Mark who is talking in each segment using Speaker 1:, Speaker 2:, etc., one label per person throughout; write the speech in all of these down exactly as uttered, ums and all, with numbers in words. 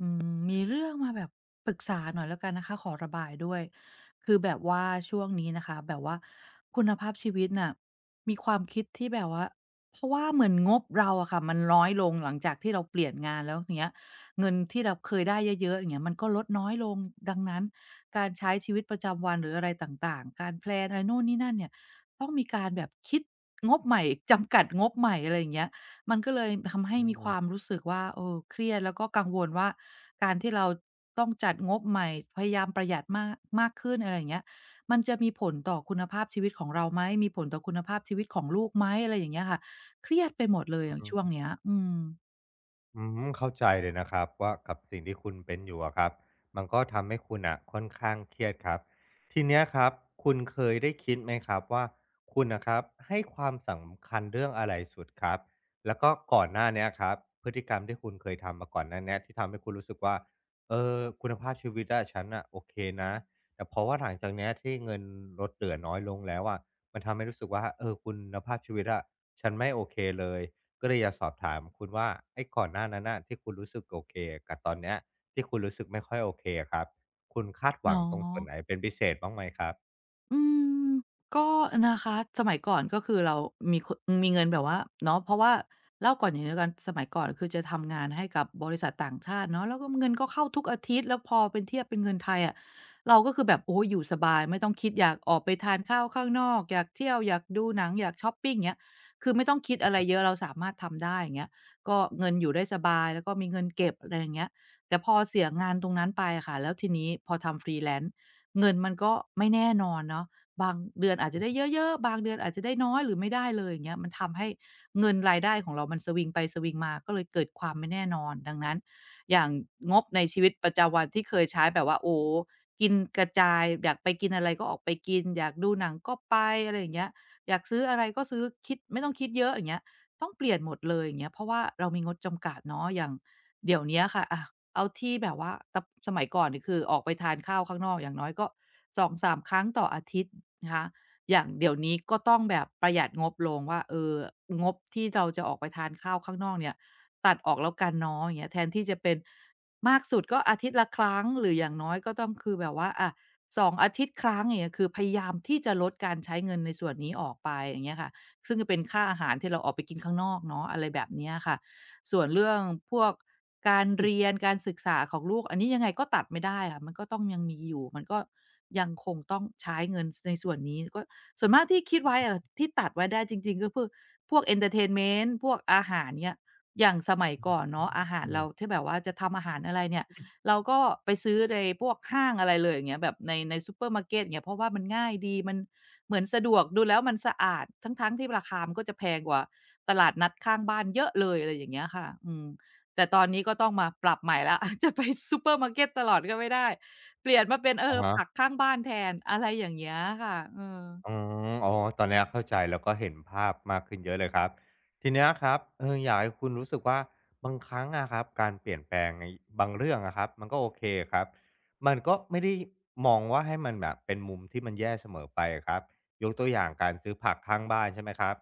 Speaker 1: อืมมีเรื่องมาแบบปรึกษาหน่อยแล้วกันนะคะขอระบายด้วยคือแบบว่าช่วงนี้นะคะแบบว่าคุณภาพชีวิตน่ะมีความคิดที่แบบว่าเพราะว่าเหมือนงบเราอะค่ะมันน้อยลงหลังจากที่เราเปลี่ยนงานแล้วอย่างเงี้ยเงินที่เราเคยได้เยอะๆอย่างเงี้ยมันก็ลดน้อยลงดังนั้นการใช้ชีวิตประจำวันหรืออะไรต่างๆการแพลนอะไรโน่นนี่นั่นเนี่ยต้องมีการแบบคิดงบใหม่จำกัดงบใหม่อะไรอย่างเงี้ย มันก็เลยทำให้
Speaker 2: อื
Speaker 1: มีความ
Speaker 2: ม
Speaker 1: รู้สึกว่าเออเครียดแล้วก็กังวลว่าการที่เราต้องจัดงบใหม่พยายามประหยัดมากมากขึ้นอะไรอย่างเงี้ยมันจะมีผลต่อคุณภาพชีวิตของเราไหมมีผลต่อคุณภาพชีวิตของลูกไหมอะไรอย่างเงี้ยค่ะเครียดไปหมดเลย
Speaker 2: อื
Speaker 1: อ
Speaker 2: อ
Speaker 1: ย่างช่วง
Speaker 2: ฮึ
Speaker 1: เนี้ยอืม
Speaker 2: อืมเข้าใจเลยนะครับว่ากับสิ่งที่คุณเป็นอยู่อะครับมันก็ทำให้คุณน่ะค่อนข้างเครียดครับทีเนี้ยครับคุณเคยได้คิดไหมครับว่าคุณน่ะครับให้ความสำคัญเรื่องอะไรสุดครับแล้วก็ก่อนหน้าเนี้ยครับพฤติกรรมที่คุณเคยทำมาก่อนหน้าเนี้ยที่ทำให้คุณรู้สึกว่าเออคุณภาพชีวิตอะฉันน่ะโอเคนะแต่เพราะว่าหลังจากเนี้ยที่เงินลดเหลือน้อยลงแล้วอะมันทำให้รู้สึกว่าเออคุณภาพชีวิตอะฉันไม่โอเคเลย ก็เลยอยากสอบถามคุณว่าไอ้ก่อนหน้านั้นน่ะที่คุณรู้สึกโอเคกับตอนเนี้ยที่คุณรู้สึกไม่ค่อยโอเคอะครับคุณคาดห
Speaker 1: อ๋
Speaker 2: วั
Speaker 1: อ
Speaker 2: งตรงส่วนไหนเป็นพิเศษบ้างไหมครับ
Speaker 1: อืมก็นะคะสมัยก่อนก็คือเรามีคมีเงินแบบว่าเนาะเพราะว่าเล่าก่อนอย่างเดียวกันสมัยก่อนคือจะทำงานให้กับบริษัทต่างชาติเนาะแล้วก็เงินก็เข้าทุกอาทิตย์แล้วพอเป็นเทียบเป็นเงินไทยอะเราก็คือแบบโอ้โฮอยู่สบายไม่ต้องคิดอยากออกไปทานข้าวข้างนอกอยากเที่ยวอยากดูหนังอยากชอปปิงอย่างเงี้ยคือไม่ต้องคิดอะไรเยอะเราสามารถทำได้อย่างเงี้ยก็เงินอยู่ได้สบายแล้วก็มีเงินเก็บอะไรอย่างเงี้ยแต่พอเสียงานตรงนั้นไปอะค่ะแล้วทีนี้พอทำ Freelance เงินมันก็ไม่แน่นอนเนาะบางเดือนอาจจะได้เยอะๆบางเดือนอาจจะได้น้อยหรือไม่ได้เลยอย่างเงี้ยมันทำให้เงินรายได้ของเรามันสวิงไปสวิงมาก็เลยเกิดความไม่แน่นอนดังนั้นอย่างงบในชีวิตประจำวันที่เคยใช้แบบว่าโอ้โฮกินกระจายอยากไปกินอะไรก็ออกไปกินอยากดูหนังก็ไปอะไรอย่างเงี้ยอยากซื้ออะไรก็ซื้อคิดไม่ต้องคิดเยอะอย่างเงี้ยต้องเปลี่ยนหมดเลยอย่างเงี้ยเพราะว่าเรามีงบจำกัดเนาะอย่าง เดี๋ยวเนี้ยค่ะอะเอาที่แบบว่าตสมัยก่อนนี่คือออกไปทานข้าวข้างนอกอย่างน้อยก็สองถึงสามครั้งต่ออาทิตย์นะคะอย่างเดี๋ยวนี้ก็ต้องแบบประหยัดงบลงว่าเอองบที่เราจะออกไปทานข้าวข้างนอกเนี่ยตัดออกแล้วกันเนาะอย่างเงี้ยแทนที่จะเป็นมากสุดก็อาทิตย์ละครั้งหรืออย่างน้อยก็ต้องคือแบบว่าอะสององอาทิตย์ครั้งอย่างเงี้ยคือพยายามที่จะลดการใช้เงินในส่วนนี้ออกไปอย่างเงี้ยค่ะซึ่งจะเป็นค่าอาหารที่เราออกไปกินข้างนอกเนาะอะไรแบบเนี้ยค่ะ ส่วนเรื่องพวกการ
Speaker 2: อืม
Speaker 1: เรียนการศึกษาของลูกอันนี้ยังไงก็ตัดไม่ได้ค่ะมันก็ต้องยังมีอยู่มันก็ยังคงต้องใช้เงินในส่วนนี้ก็ส่วนมากที่คิดไว้อะที่ตัดไว้ได้จริงๆก็พือพวกเอนเทอร์เทนเมนต์พวกอาหารเนี้ยอย่างสมัยก่อนเนาะอาหารเรา
Speaker 2: ออ
Speaker 1: ที่แบบว่าจะทำอาหารอะไรเนี่ยเราก็ไปซื้อในพวกห้างอะไรเลยอย่างเงี้ยแบบในในซูเปอร์มาร์เก็ตอย่างเงี้ยเพราะว่ามันง่ายดีมันเหมือนสะดวกดูแล้วมันสะอาดทั้งๆที่ราคามันก็จะแพงกว่า ตลาดนัดข้างบ้านเยอะเลยอะไรอย่างเงี้ยค่ะอืมแต่ตอนนี้ก็ต้องมาปรับใหม่แล้ว จะไปซูเปอร์มาร์เกตตลอดก็ไม่ได้เปลี่ยนมาเป็นเอ
Speaker 2: อะ
Speaker 1: อ
Speaker 2: ฮะ
Speaker 1: ผักข้างบ้านแทนอะไรอย่างเงี้ยค่ะเออ
Speaker 2: อ๋ออ๋อตอนเนี้ยเข้าใจแล้วก็เห็นภาพมากขึ้นเยอะเลยครับทีเนี้ยครับเอออยากให้คุณรู้สึกว่าบางครั้งอะครับการเปลี่ยนแปลงในบางเรื่องอะครับมันก็โอเคครับมันก็ไม่ได้มองว่าให้มันแบบเป็นมุมที่มันแย่เสมอไปอะครับยกตัวอย่างการซื้อผักข้างบ้านใช่ไหมครับ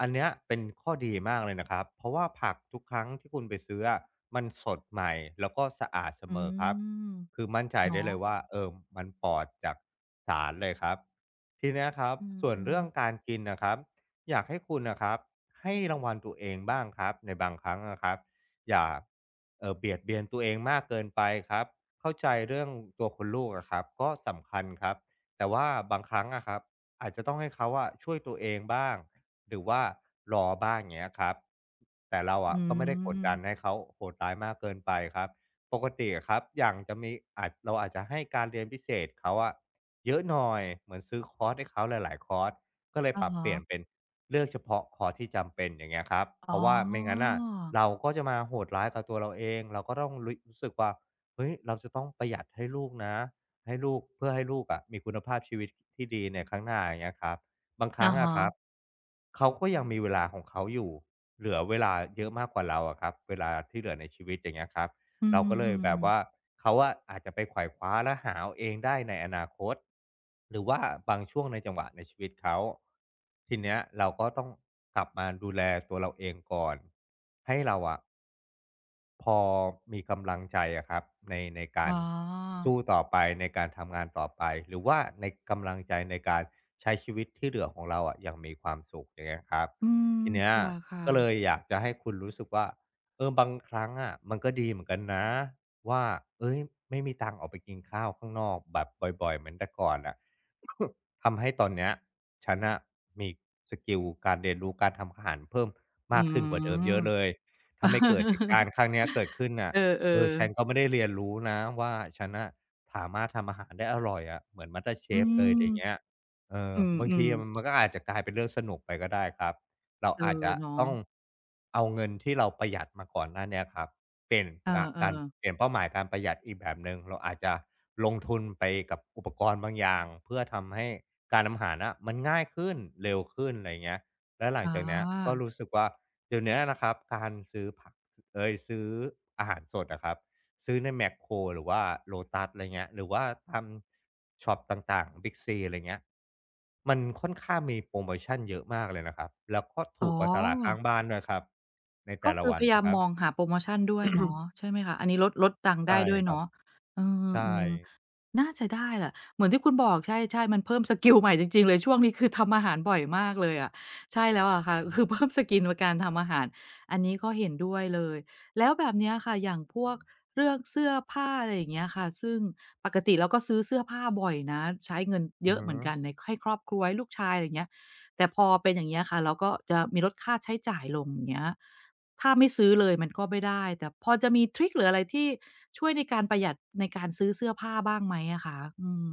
Speaker 2: อันเนี้ยเป็นข้อดีมากเลยนะครับเพราะว่าผักทุกครั้งที่คุณไปซื้ออะมันสดใหม่แล้วก็สะอาดเส
Speaker 1: อื
Speaker 2: มอครับ
Speaker 1: ม
Speaker 2: คือมั่นใจได้
Speaker 1: เนาะ
Speaker 2: เลยว่าเออมันปลอดจากสารเลยครับทีเนี้ยครับ
Speaker 1: อื
Speaker 2: ส่วน
Speaker 1: ม
Speaker 2: เรื่องกา
Speaker 1: ๆ
Speaker 2: รกินนะครับอยากให้คุณนะครับให้รางวัลตัวเองบ้างครับในบางครั้งนะครับอย่าเอ่อเบียดเบียนตัวเองมากเกินไปครับเข้าใจเรื่องตัวคุณลูกอะครับก็สำคัญครับแต่ว่าบางครั้งอะครับอาจจะต้องให้เขาอะช่วยตัวเองบ้างหรือว่ารอบ้างอย่างเงี้ยครับแต่เราอะ
Speaker 1: อื
Speaker 2: ก็ไม่ได้กด
Speaker 1: ม
Speaker 2: ดันให้เขาโหดร้ายมากเกินไปครับ ปกติอะครับอย่างจะมีอาจเราอาจจะให้การเรียนพิเศษเขาอะเยอะหน่อยเหมือนซื้อคอร์สให้เขาหลายๆคอร์สก็เลย
Speaker 1: อะ
Speaker 2: ปรับเป
Speaker 1: ฮะ
Speaker 2: ลี่ยนเป็นเลือกเฉพาะคอร์สที่จำเป็นอย่างเงี้ยครับเพ
Speaker 1: อ๋อ
Speaker 2: ราะว่าไม่งั้นน่ะเราก็จะมาโหดร้ายกับตัวเราเองเราก็ต้องรู้รู้สึกว่าเฮ้ยเราจะต้องประหยัดให้ลูกนะให้ลูกเพื่อให้ลูกอะมีคุณภาพชีวิตที่ดีในข้างหน้าอย่างเงี้ยครับบางครั้
Speaker 1: อะ
Speaker 2: งอะครับ
Speaker 1: ฮะ
Speaker 2: เขาก็ยังมีเวลาของเขาอยู่เหลือเวลาเยอะมากกว่าเราอะครับเวลาที่เหลือในชีวิตอย่างเงี้ยครับ
Speaker 1: อื
Speaker 2: เราก็เลยแบ
Speaker 1: ม
Speaker 2: บว่า
Speaker 1: ๆ
Speaker 2: เขาออาจจะไปไขว่คว้าและหาเอาเองได้ในอนาคตหรือว่าบางช่วงในจังหวะในชีวิตเขาทีเนี้ยเราก็ต้องกลับมาดูแลตัวเราเองก่อนให้เราอะ พอมีกำลังใจอะครับในในกา
Speaker 1: อ๋อ
Speaker 2: รสู้ต่อไปในการทำงานต่อไปหรือว่าในกำลังใจในการใช้ชีวิตที่เหลือของเราอะอย่างมีความสุขอย่างเงี้ยครับ
Speaker 1: อืม
Speaker 2: ทีเนี้ย
Speaker 1: ค่ะ
Speaker 2: ก็เลย
Speaker 1: ๆ
Speaker 2: อยากจะให้คุณรู้สึกว่าเออบางครั้งอะมันก็ดีเหมือนกันนะว่าเอ้ยไม่มีตังค์ออกไปกินข้าวข้างนอกแบบบ่อยๆเหมือนแต่ก่อนอ่ะ ทำให้ตอนเนี้ยฉันอ่ะมีสกิลการเรียนรู้การทำอาหารเพิ่ม
Speaker 1: อื
Speaker 2: มากขึ้นกว่าเดิมเย
Speaker 1: ม
Speaker 2: อะเลย ถ้าไม่เกิดเหตุการ ณ์ครั้งเนี้ยเกิดขึ้นน่ะ
Speaker 1: เออ
Speaker 2: เออฉันก็
Speaker 1: ๆ
Speaker 2: ไม่ได้เรียนรู้นะว่าฉันน่ะสามารถทำอาหารได้อร่อยอะเหมือน
Speaker 1: อื
Speaker 2: มาสเตอร์เชฟ เลยไร
Speaker 1: ม
Speaker 2: เงี้ยเออ
Speaker 1: อื
Speaker 2: บาง
Speaker 1: ม
Speaker 2: ทีอะมั
Speaker 1: ๆ
Speaker 2: นก็อาจจะกลายเป็นเรื่องสนุกไปก็ได้ครับเรา
Speaker 1: เอ
Speaker 2: อาจ
Speaker 1: อ
Speaker 2: จะ
Speaker 1: เนาะ
Speaker 2: ต้องเอาเงินที่เราประหยัดมาก่อนหน้าเนี้ยครับเปลี่ยนป
Speaker 1: เอ
Speaker 2: ระการ
Speaker 1: อ
Speaker 2: เป
Speaker 1: ๆ
Speaker 2: ลี่ยนเป้าหมายการประหยัดอีกแบบหนึ่งเราอาจจะลงทุนไปกับอุปกรณ์บางอย่างเพื่อทำให้การทำอาหารน่ะมันง่ายขึ้นเร็วขึ้นไรเงี้ยแล้วหลังจากเนี้ยก็
Speaker 1: อ
Speaker 2: รู้สึกว่า เดี๋ยวเนี้ยนะครับการซื้อผักเอยซื้ออาหารสดอะครับซื้อในแมคโครหรือว่าโลตัสอะไรเงี้ยหรือว่าตามช็อปต่างๆบิ๊กซีอะไรเงี้ยมันค่อนข้างมีโพรโมชันเยอะมากเลยนะครับแล้วก็
Speaker 1: ๋
Speaker 2: ถู
Speaker 1: อ
Speaker 2: กกว่าตลาด
Speaker 1: อ๋
Speaker 2: ข้าง
Speaker 1: อ
Speaker 2: บ้านด้วยครับใน
Speaker 1: ก็
Speaker 2: แต่ละ
Speaker 1: คือ
Speaker 2: วั
Speaker 1: พ
Speaker 2: น
Speaker 1: ยายา
Speaker 2: นะ
Speaker 1: ม
Speaker 2: ครับ
Speaker 1: มองหาโพรโมชันด้วยเนาะใช่ไหมคะอันนี้ลดลดตังค์
Speaker 2: ใช่
Speaker 1: ได้ด้วย
Speaker 2: ครับ
Speaker 1: เนาะเอ
Speaker 2: ใช่
Speaker 1: อๆน่าจะได้แหละเหมือนที่คุณบอกใช่ๆมันเพิ่มสกิลใหม่จริงๆเลยช่วงนี้คือทำอาหารบ่อยมากเลยอะใช่แล้วอะค่ะ คือเพิ่มสกิลในการทำอาหารอันนี้ก็เห็นด้วยเลยแล้วแบบเนี้ยค่ะอย่างพวกเรื่องเสื้อผ้าอะไรอย่างเงี้ยค่ะซึ่งปกติเราก็ซื้อเสื้อผ้าบ่อยนะใช้เงิน
Speaker 2: อื
Speaker 1: เย
Speaker 2: อ
Speaker 1: อะ
Speaker 2: ฮึ
Speaker 1: เหมือนกันในให้ครอบครัวให้ลูกชายอะไรอย่างเงี้ยแต่พอเป็นอย่างเงี้ยค่ะเราก็จะมีลดค่าใช้จ่ายลงอย่างเงี้ย ถ้าไม่ซื้อเลยมันก็ไม่ได้แต่พอจะมีทริกหรืออะไรที่ช่วยในการประหยัดในการซื้อเสื้อผ้าบ้างไหมอะคะอืม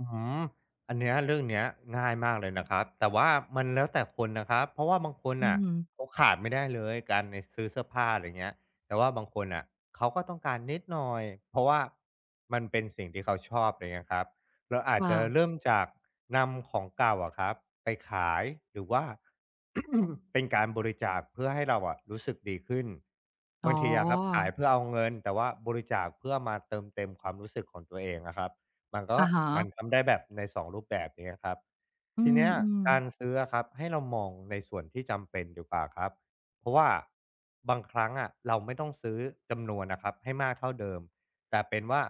Speaker 2: อืมอันเนี้ยเรื่องเนี้ยง่ายมากเลยนะครับแต่ว่ามันแล้วแต่คนนะครับเพราะว่าบางคน
Speaker 1: อื
Speaker 2: อ่ะ
Speaker 1: ม
Speaker 2: เขาขาดไม่ได้เลยการในซื้อเสื้อผ้าอะไรเงี้ยแต่ว่าบางคนอ่ะเขาก็ต้องการนิดหน่อยเพราะว่ามันเป็นสิ่งที่เขาชอบอะไรเงี้ยครับเราอาจ
Speaker 1: ค่ะ
Speaker 2: จะเริ่มจากนำของเก่าอะครับไปขายหรือว่า เป็นการบริจาคเพื่อให้เราอะรู้สึกดีขึ้น
Speaker 1: อ๋อ
Speaker 2: บางทีอะครับขายเพื่อเอาเงินแต่ว่าบริจาคเพื่อมาเติมเต็มความรู้สึกของตัวเองอะครับ มันก็
Speaker 1: อะ
Speaker 2: มัน
Speaker 1: ฮะ
Speaker 2: ทำได้แบบในสองรูปแบบอย่างเงี้ยครับ
Speaker 1: อื
Speaker 2: ทีเนี้ย
Speaker 1: ม
Speaker 2: การ
Speaker 1: ๆ
Speaker 2: ซื้ออะครับให้เรามองในส่วนที่จำเป็นดีกว่าครับเพราะว่าบางครั้งอะเราไม่ต้องซื้อจำนวนอะครับให้มากเท่าเดิมแต่เป็นว่า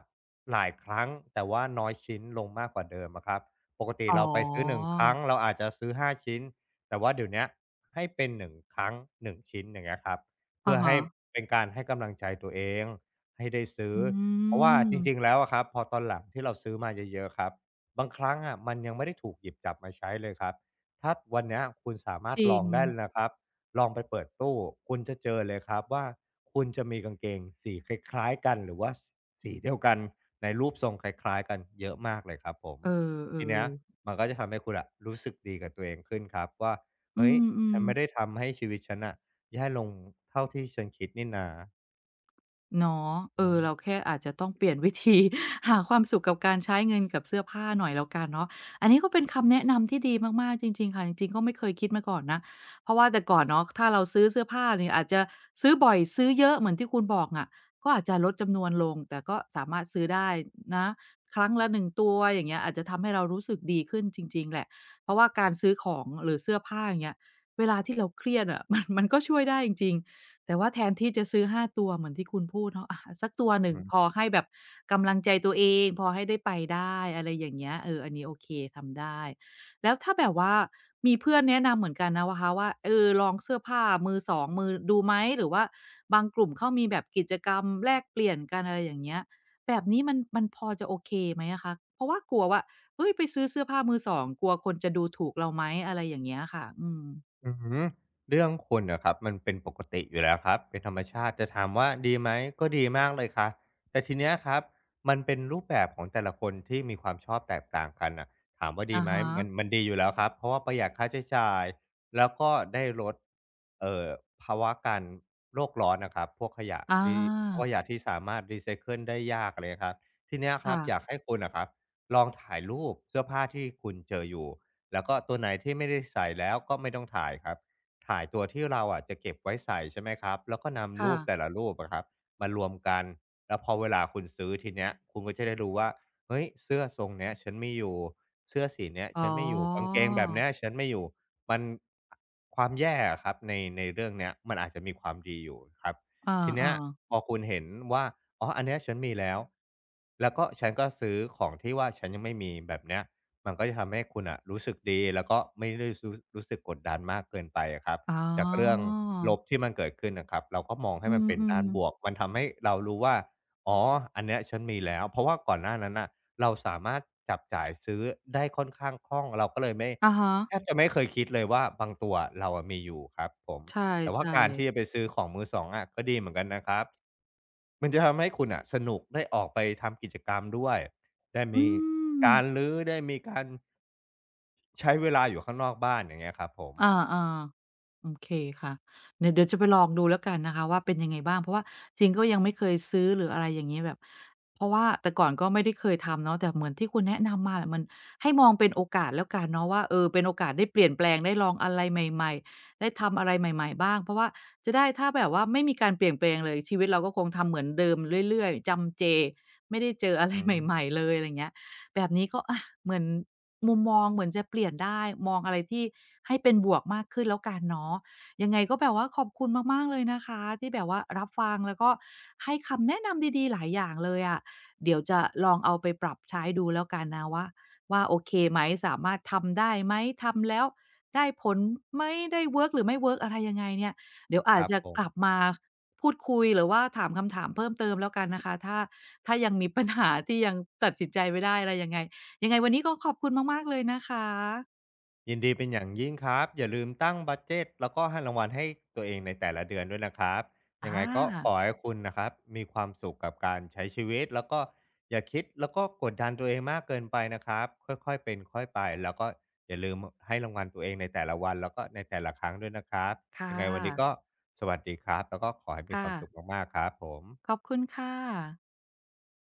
Speaker 2: หลายครั้งแต่ว่าน้อยชิ้นลงมากกว่าเดิมอะครับปกติ
Speaker 1: อ๋อ
Speaker 2: เราไปซื้อหนึ่งครั้งเราอาจจะซื้อห้าชิ้นแต่ว่าเดี๋ยวเนี้ยให้เป็นหนึ่งครั้งหนึ่งชิ้นอย่างเงี้ยครับเพื่
Speaker 1: อะ
Speaker 2: อให้
Speaker 1: ฮะ
Speaker 2: เป็นการให้กำลังใจตัวเองให้ได้ซื้อ
Speaker 1: อื
Speaker 2: เพราะว่าจริงๆ
Speaker 1: ม
Speaker 2: แล้วอะครับพอตอนหลังที่เราซื้อมาเยอะๆครับบางครั้งอะมันยังไม่ได้ถูกหยิบจับมาใช้เลยครับถ้าวันเนี้ยคุณสามา
Speaker 1: จ
Speaker 2: รถ
Speaker 1: ริ
Speaker 2: ลอ
Speaker 1: ง
Speaker 2: งได้เลยนะครับลองไปเปิดตู้คุณจะเจอเลยครับว่าคุณจะมีกางเกงสีคล้ายๆกันหรือว่าสสีเดียวกันในรูปทรงคล้ายๆกันเยอะมากเลยครับผม
Speaker 1: เอ
Speaker 2: ทีเนี้
Speaker 1: อ
Speaker 2: ย
Speaker 1: ๆ
Speaker 2: มันก็จะทำให้คุณอะรู้สึกดีกับตัวเองขึ้นครับว่า
Speaker 1: อื
Speaker 2: เฮ้ยฉันไม่ได้
Speaker 1: ม
Speaker 2: ทำให้ชีวิตฉันน่ะแย่ลงเท่าที่ฉันคิดนี่นา
Speaker 1: เนาะ
Speaker 2: อื
Speaker 1: เอ
Speaker 2: อฮึ
Speaker 1: อเราแค่อาจจะต้องเปลี่ยนวิธี หาความสุขกับการใช้เงินกับเสื้อผ้าหน่อยแล้วกันเนาะอันนี้ก็เป็นคำแนะนำที่ดีมากๆจริงๆค่ะจริงๆก็ไม่เคยคิดมาก่อนนะเพราะว่าแต่ก่อนเนาะถ้าเราซื้อเสื้อผ้าเนี่ยอาจจะซื้อบ่อยซื้อเยอะเหมือนที่คุณบอกอะก็อาจจะลดจำนวนลงแต่ก็สามารถซื้อได้นะครั้งละหนึ่งตัวอย่างเงี้ยอาจจะทำให้เรารู้สึกดีขึ้นจริงๆแหละเพราะว่าการซื้อของหรือเสื้อผ้าอย่างเงี้ยเวลาที่เราเครียดอะ มันมันก็ช่วยได้จริงๆ แต่ว่าแทนที่จะซื้อห้าตัวเหมือนที่คุณพูดเนาะอะสักตัวหนึ่
Speaker 2: อือ
Speaker 1: งพ
Speaker 2: ฮึ
Speaker 1: อให้แบบกำลังใจตัวเองพอให้ได้ไปได้อะไรอย่างเงี้ยเอออันนี้โอเคทำได้แล้วถ้าแบบว่ามีเพื่อนแนะนำเหมือนกันนะคะว่าเออลองเสื้อผ้ามือสองมือดูไหมหรือว่าบางกลุ่มเขามีแบบกิจกรรมแลกเปลี่ยนกันอะไรอย่างเงี้ยแบบนี้มันมันพอจะโอเคไหมอะคะเพราะว่ากลัวว่าเฮ้ยไปซื้อเสื้อผ้ามือสองกลัวคนจะดูถูกเราไหมอะไรอย่างเงี้ยค่ะอืม
Speaker 2: อืมเรื่องคุณะครับมันเป็นปกติอยู่แล้วครับเป็นธรรมชาติจะถามว่าดีไหมก็ดีมากเลยครับแต่ทีเนี้ยครับมันเป็นรูปแบบของแต่ละคนที่มีความชอบแตกต่างกันนะถามว่าดี
Speaker 1: อะ
Speaker 2: ไหม
Speaker 1: ฮะ
Speaker 2: มันมันดีอยู่แล้วครับเพราะว่าประหยัดค่าใช้จ่ายแล้วก็ได้ลดเอ่อภาวะการโลกร้อนนะครับพวกขยะ
Speaker 1: อา
Speaker 2: ดีพวกขยะที่สามารถรีไซเคิลได้ยากเลยครับทีเนี้ยครับอยาก
Speaker 1: ค่ะ
Speaker 2: ให้คุณนะครับลองถ่ายรูปเสื้อผ้าที่คุณเจออยู่ แล้วก็ตัวไหนที่ไม่ได้ใส่แล้วก็ไม่ต้องถ่ายครับถ่ายตัวที่เราอะจะเก็บไว้ใส่ใช่ไหมครับแล้วก็นำ
Speaker 1: ค่ะ
Speaker 2: รูปแต่ละรูปอะครับมารวมกันแล้วพอเวลาคุณซื้อทีเนี้ยคุณก็จะได้รู้ว่าเฮ้ยเสื้อทรงเนี้ยฉันไมีอยู่เสื้อสีเนี้ย
Speaker 1: อ๋อ
Speaker 2: ฉันไม่อยู่กางเกงแบบเนี้ยฉันไม่อยู่มันความแย่อะครับในในเรื่องเนี้ยมันอาจจะมีความดีอยู่ครับ
Speaker 1: เอ
Speaker 2: ทีเนี้ย
Speaker 1: อๆ
Speaker 2: พอคุณเห็นว่าอ๋ออันเนี้ยฉันมีแล้วแล้วก็ฉันก็ซื้อของที่ว่าฉันยังไม่มีแบบเนี้ย มันก็จะทำให้คุณอ่ะรู้สึกดีแล้วก็ไม่ได้รู้รู้สึกกดดันมากเกินไปอะครับ
Speaker 1: อ๋อ
Speaker 2: จากเรื่องลบที่มันเกิดขึ้นน่ะครับเราก็มองให้
Speaker 1: อื
Speaker 2: มันเป็น
Speaker 1: ม
Speaker 2: ด้านบว
Speaker 1: ๆ
Speaker 2: กมันทำให้เรารู้ว่าอ๋ออันเนี้ยฉันมีแล้วเพราะว่าก่อนหน้านั้นน่ะเราสามารถจับจ่ายซื้อได้ค่อนข้างคล่องเราก็เลยไม่
Speaker 1: อะ
Speaker 2: แท
Speaker 1: ฮะ
Speaker 2: บจะไม่เคยคิดเลยว่าบางตัวเราอะมีอยู่ครับผม
Speaker 1: ใช่
Speaker 2: แต่ว่าการที่จะ
Speaker 1: ๆ
Speaker 2: ไปซื้อของมือสองอะก็ดีเหมือนกันนะครับมันจะทำให้คุณน่ะสนุกได้ออกไปทำกิจกรรมด้วยได้
Speaker 1: อื
Speaker 2: มี
Speaker 1: ม
Speaker 2: การรื้อได้มีการ ใช้เวลาอยู่ข้างนอกบ้านอย่างเงี้ยครับผม
Speaker 1: อาๆ โอเคค่ะเนี่ยเดี๋ยวจะไปลองดูแล้วกันนะคะว่าเป็นยังไงบ้างเพราะว่าจริงก็ยังไม่เคยซื้อหรืออะไรอย่างงี้แบบเพราะว่าแต่ก่อนก็ไม่ได้เคยทำเนาะแต่เหมือนที่คุณแนะนำมาอะมันให้มองเป็นโอกาสแล้วกันเนาะว่าเออเป็นโอกาสได้เปลี่ยนแปลงได้ลองอะไรใหม่ๆได้ทำอะไรใหม่ๆบ้างเพราะว่าจะได้ถ้าแบบว่าไม่มีการเปลี่ยนแปลงเลยชีวิตเราก็คงทำเหมือนเดิมเรื่อยๆจำเจไม่ได้เจออะไร
Speaker 2: อื
Speaker 1: ใ
Speaker 2: ม
Speaker 1: หม่ๆเลยอะไรเงี้ย แบบนี้ก็อะเหมือนมุมมองเหมือนจะเปลี่ยนได้มองอะไรที่ให้เป็นบวกมากขึ้นแล้วกันเนาะยังไงก็แบบว่าขอบคุณมากๆเลยนะคะที่แบบว่ารับฟังแล้วก็ให้คำแนะนำดีๆหลายอย่างเลยอะเดี๋ยวจะลองเอาไปปรับใช้ดูแล้วกันนะว่าว่าโอเคไหมสามารถทำได้ไหมทำแล้วได้ผลไหมได้เวิร์กหรือไม่เวิร์กอะไรยังไงเนี่ยเดี๋ยวอา
Speaker 2: ค
Speaker 1: จ
Speaker 2: รับ
Speaker 1: จะ
Speaker 2: ผ
Speaker 1: ก
Speaker 2: ม
Speaker 1: ลับมาพูดคุยหรือว่าถามคำถามเพิ่มเติมแล้วกันนะคะถ้า ถ้ายังมีปัญหาที่ยังตัดสินใจไม่ได้อะไรยังไงยังไงวันนี้ก็ขอบคุณมากๆเลยนะคะ
Speaker 2: ยินดีเป็นอย่างยิ่งครับอย่าลืมตั้งบัดเจตแล้วก็ให้รางวัลให้ตัวเองในแต่ละเดือนด้วยนะครับยัง
Speaker 1: อา
Speaker 2: ไงก็ขอให้คุณนะครับมีความสุขกับการใช้ชีวิตแล้วก็อย่าคิดแล้วก็กดดันตัวเองมากเกินไปนะครับค่อยๆเป็นค่อยไปแล้วก็อย่าลืมให้รางวัลตัวเองในแต่ละวันแล้วก็ในแต่ละครั้งด้วยนะครับ
Speaker 1: ค่ะ
Speaker 2: ยังไงวันนี้ก็สวัสดีครับแล้วก็ขอให้มีค
Speaker 1: ค่ะ
Speaker 2: วามสุขมากๆครับผม
Speaker 1: ขอบคุณค่ะ